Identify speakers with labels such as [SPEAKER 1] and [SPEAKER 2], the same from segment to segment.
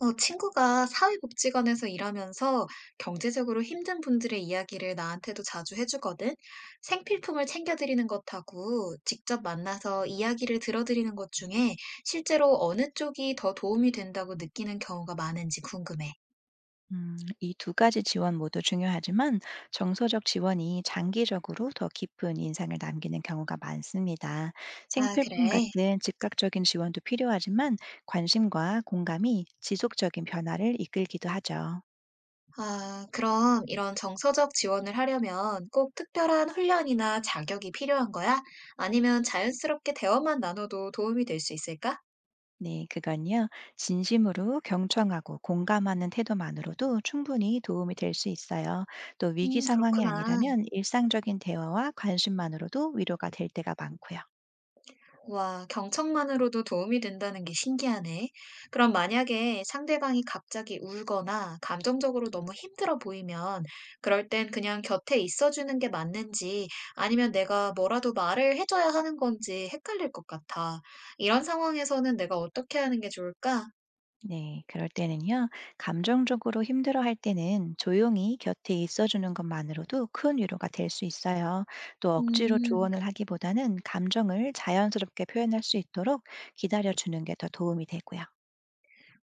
[SPEAKER 1] 친구가 사회복지관에서 일하면서 경제적으로 힘든 분들의 이야기를 나한테도 자주 해주거든. 생필품을 챙겨드리는 것하고 직접 만나서 이야기를 들어드리는 것 중에 실제로 어느 쪽이 더 도움이 된다고 느끼는 경우가 많은지 궁금해.
[SPEAKER 2] 이 두 가지 지원 모두 중요하지만 정서적 지원이 장기적으로 더 깊은 인상을 남기는 경우가 많습니다.
[SPEAKER 1] 아, 그래.
[SPEAKER 2] 생필품 같은 즉각적인 지원도 필요하지만 관심과 공감이 지속적인 변화를 이끌기도 하죠.
[SPEAKER 1] 아, 그럼 이런 정서적 지원을 하려면 꼭 특별한 훈련이나 자격이 필요한 거야? 아니면 자연스럽게 대화만 나눠도 도움이 될 수 있을까?
[SPEAKER 2] 네, 그건요. 진심으로 경청하고 공감하는 태도만으로도 충분히 도움이 될 수 있어요. 또 위기 상황이
[SPEAKER 1] 그렇구나.
[SPEAKER 2] 아니라면 일상적인 대화와 관심만으로도 위로가 될 때가 많고요.
[SPEAKER 1] 와, 경청만으로도 도움이 된다는 게 신기하네. 그럼 만약에 상대방이 갑자기 울거나 감정적으로 너무 힘들어 보이면 그럴 땐 그냥 곁에 있어주는 게 맞는지 아니면 내가 뭐라도 말을 해줘야 하는 건지 헷갈릴 것 같아. 이런 상황에서는 내가 어떻게 하는 게 좋을까?
[SPEAKER 2] 네, 그럴 때는요, 감정적으로 힘들어할 때는 조용히 곁에 있어주는 것만으로도 큰 위로가 될 수 있어요. 또 억지로
[SPEAKER 1] 음.
[SPEAKER 2] 조언을 하기보다는 감정을 자연스럽게 표현할 수 있도록 기다려주는 게 더 도움이 되고요.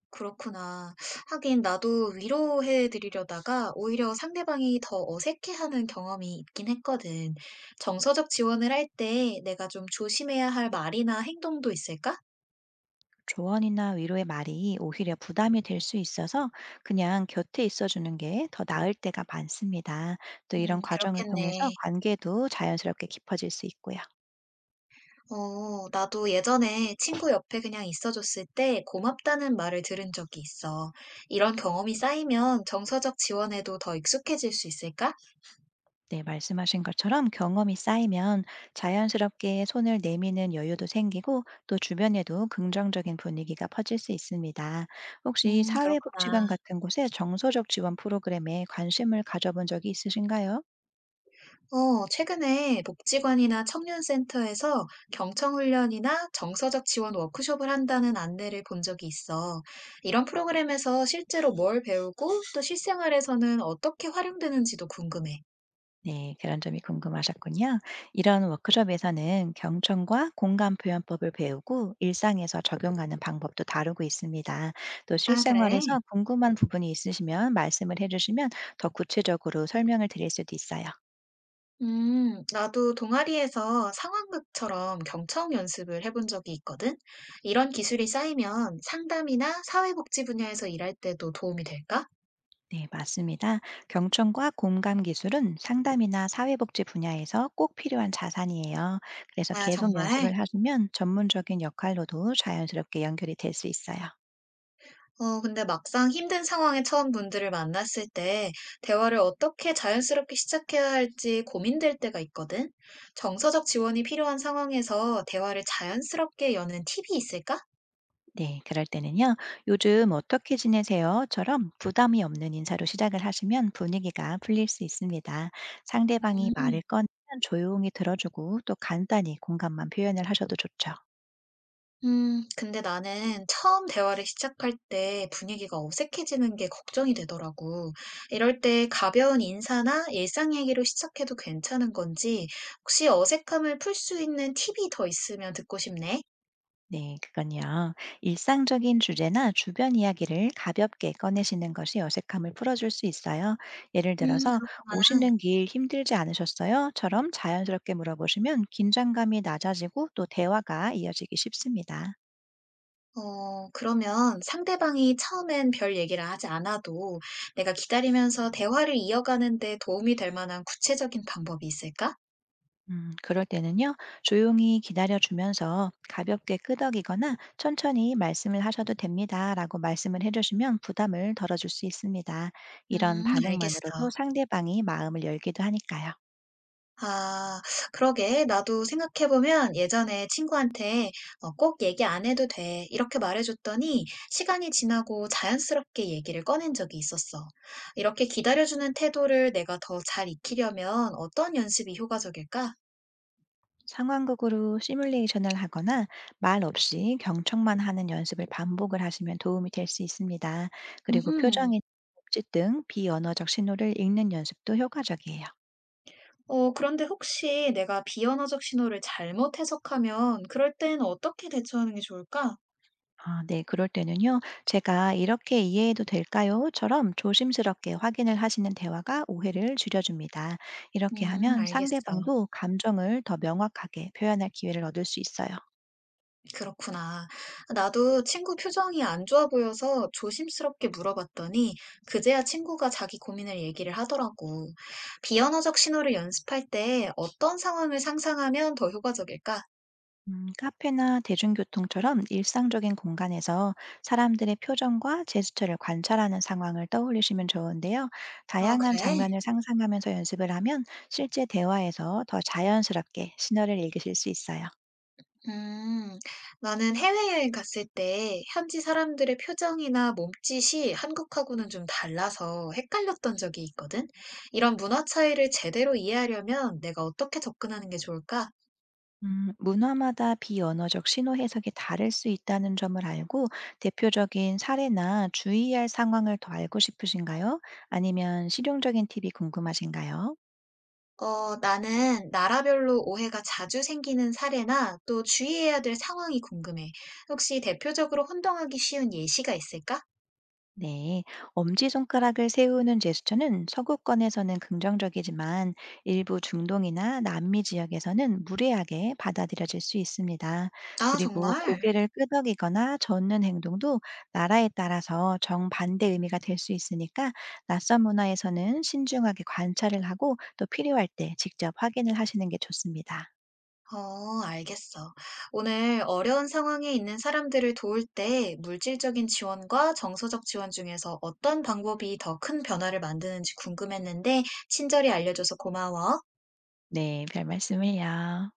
[SPEAKER 1] 그렇구나. 하긴 나도 위로해 드리려다가 오히려 상대방이 더 어색해하는 경험이 있긴 했거든. 정서적 지원을 할 때 내가 좀 조심해야 할 말이나 행동도 있을까?
[SPEAKER 2] 조언이나 위로의 말이 오히려 부담이 될 수 있어서 그냥 곁에 있어주는 게 더 나을 때가 많습니다. 또 이런 과정을 통해서
[SPEAKER 1] 그렇겠네.
[SPEAKER 2] 관계도 자연스럽게 깊어질 수 있고요.
[SPEAKER 1] 나도 예전에 친구 옆에 그냥 있어줬을 때 고맙다는 말을 들은 적이 있어. 이런 경험이 쌓이면 정서적 지원에도 더 익숙해질 수 있을까?
[SPEAKER 2] 네, 말씀하신 것처럼 경험이 쌓이면 자연스럽게 손을 내미는 여유도 생기고 또 주변에도 긍정적인 분위기가 퍼질 수 있습니다. 혹시
[SPEAKER 1] 음, 그렇구나.
[SPEAKER 2] 사회복지관 같은 곳의 정서적 지원 프로그램에 관심을 가져본 적이 있으신가요?
[SPEAKER 1] 최근에 복지관이나 청년센터에서 경청훈련이나 정서적 지원 워크숍을 한다는 안내를 본 적이 있어. 이런 프로그램에서 실제로 뭘 배우고 또 실생활에서는 어떻게 활용되는지도 궁금해.
[SPEAKER 2] 네, 그런 점이 궁금하셨군요. 이런 워크숍에서는 경청과 공감 표현법을 배우고 일상에서 적용하는 방법도 다루고 있습니다. 또
[SPEAKER 1] 아, 그래?
[SPEAKER 2] 실생활에서 궁금한 부분이 있으시면 말씀을 해주시면 더 구체적으로 설명을 드릴 수도 있어요.
[SPEAKER 1] 나도 동아리에서 상황극처럼 경청 연습을 해본 적이 있거든. 이런 기술이 쌓이면 상담이나 사회복지 분야에서 일할 때도 도움이 될까?
[SPEAKER 2] 네, 맞습니다. 경청과 공감 기술은 상담이나 사회복지 분야에서 꼭 필요한 자산이에요. 그래서
[SPEAKER 1] 아,
[SPEAKER 2] 계속
[SPEAKER 1] 정말?
[SPEAKER 2] 연습을 하시면 전문적인 역할로도 자연스럽게 연결이 될 수 있어요.
[SPEAKER 1] 근데 막상 힘든 상황에 처한 분들을 만났을 때 대화를 어떻게 자연스럽게 시작해야 할지 고민될 때가 있거든. 정서적 지원이 필요한 상황에서 대화를 자연스럽게 여는 팁이 있을까?
[SPEAKER 2] 네, 그럴 때는요. 요즘 어떻게 지내세요?처럼 부담이 없는 인사로 시작을 하시면 분위기가 풀릴 수 있습니다. 상대방이
[SPEAKER 1] 음,
[SPEAKER 2] 말을 꺼내면 조용히 들어주고 또 간단히 공감만 표현을 하셔도 좋죠.
[SPEAKER 1] 근데 나는 처음 대화를 시작할 때 분위기가 어색해지는 게 걱정이 되더라고. 이럴 때 가벼운 인사나 일상 얘기로 시작해도 괜찮은 건지, 혹시 어색함을 풀 수 있는 팁이 더 있으면 듣고 싶네.
[SPEAKER 2] 네, 그건요. 일상적인 주제나 주변 이야기를 가볍게 꺼내시는 것이 어색함을 풀어줄 수 있어요. 예를
[SPEAKER 1] 음,
[SPEAKER 2] 들어서,
[SPEAKER 1] 그렇구나.
[SPEAKER 2] 오시는 길 힘들지 않으셨어요? 처럼 자연스럽게 물어보시면 긴장감이 낮아지고 또 대화가 이어지기 쉽습니다.
[SPEAKER 1] 어 그러면 상대방이 처음엔 별 얘기를 하지 않아도 내가 기다리면서 대화를 이어가는 데 도움이 될 만한 구체적인 방법이 있을까?
[SPEAKER 2] 그럴 때는요, 조용히 기다려주면서 가볍게 끄덕이거나 천천히 말씀을 하셔도 됩니다. 라고 말씀을 해주시면 부담을 덜어줄 수 있습니다. 이런
[SPEAKER 1] 알겠어.
[SPEAKER 2] 반응만으로도 상대방이 마음을 열기도 하니까요.
[SPEAKER 1] 아, 그러게. 나도 생각해보면 예전에 친구한테 꼭 얘기 안 해도 돼. 이렇게 말해줬더니 시간이 지나고 자연스럽게 얘기를 꺼낸 적이 있었어. 이렇게 기다려주는 태도를 내가 더 잘 익히려면 어떤 연습이 효과적일까?
[SPEAKER 2] 상황극으로 시뮬레이션을 하거나 말 없이 경청만 하는 연습을 반복을 하시면 도움이 될 수 있습니다. 그리고
[SPEAKER 1] 음
[SPEAKER 2] 표정이나 몸짓 등 비언어적 신호를 읽는 연습도 효과적이에요.
[SPEAKER 1] 어 그런데 혹시 내가 비언어적 신호를 잘못 해석하면 그럴 땐 어떻게 대처하는 게 좋을까?
[SPEAKER 2] 아, 네, 그럴 때는요. 제가 이렇게 이해해도 될까요?처럼 조심스럽게 확인을 하시는 대화가 오해를 줄여줍니다. 이렇게 하면
[SPEAKER 1] 알겠어.
[SPEAKER 2] 상대방도 감정을 더 명확하게 표현할 기회를 얻을 수 있어요.
[SPEAKER 1] 그렇구나. 나도 친구 표정이 안 좋아 보여서 조심스럽게 물어봤더니 그제야 친구가 자기 고민을 얘기를 하더라고. 비언어적 신호를 연습할 때 어떤 상황을 상상하면 더 효과적일까?
[SPEAKER 2] 카페나 대중교통처럼 일상적인 공간에서 사람들의 표정과 제스처를 관찰하는 상황을 떠올리시면 좋은데요.
[SPEAKER 1] 아,
[SPEAKER 2] 다양한
[SPEAKER 1] 그래?
[SPEAKER 2] 장면을 상상하면서 연습을 하면 실제 대화에서 더 자연스럽게 신호를 읽으실 수 있어요.
[SPEAKER 1] 음, 나는 해외여행 갔을 때 현지 사람들의 표정이나 몸짓이 한국하고는 좀 달라서 헷갈렸던 적이 있거든. 이런 문화 차이를 제대로 이해하려면 내가 어떻게 접근하는 게 좋을까?
[SPEAKER 2] 문화마다 비언어적 신호 해석이 다를 수 있다는 점을 알고 대표적인 사례나 주의할 상황을 더 알고 싶으신가요? 아니면 실용적인 팁이 궁금하신가요?
[SPEAKER 1] 나는 나라별로 오해가 자주 생기는 사례나 또 주의해야 될 상황이 궁금해. 혹시 대표적으로 혼동하기 쉬운 예시가 있을까?
[SPEAKER 2] 네, 엄지손가락을 세우는 제스처는 서구권에서는 긍정적이지만 일부 중동이나 남미 지역에서는 무례하게 받아들여질 수 있습니다.
[SPEAKER 1] 아,
[SPEAKER 2] 그리고
[SPEAKER 1] 정말?
[SPEAKER 2] 고개를 끄덕이거나 젓는 행동도 나라에 따라서 정반대 의미가 될 수 있으니까 낯선 문화에서는 신중하게 관찰을 하고 또 필요할 때 직접 확인을 하시는 게 좋습니다.
[SPEAKER 1] 어, 알겠어. 오늘 어려운 상황에 있는 사람들을 도울 때 물질적인 지원과 정서적 지원 중에서 어떤 방법이 더 큰 변화를 만드는지 궁금했는데, 친절히 알려줘서 고마워.
[SPEAKER 2] 네, 별 말씀을요.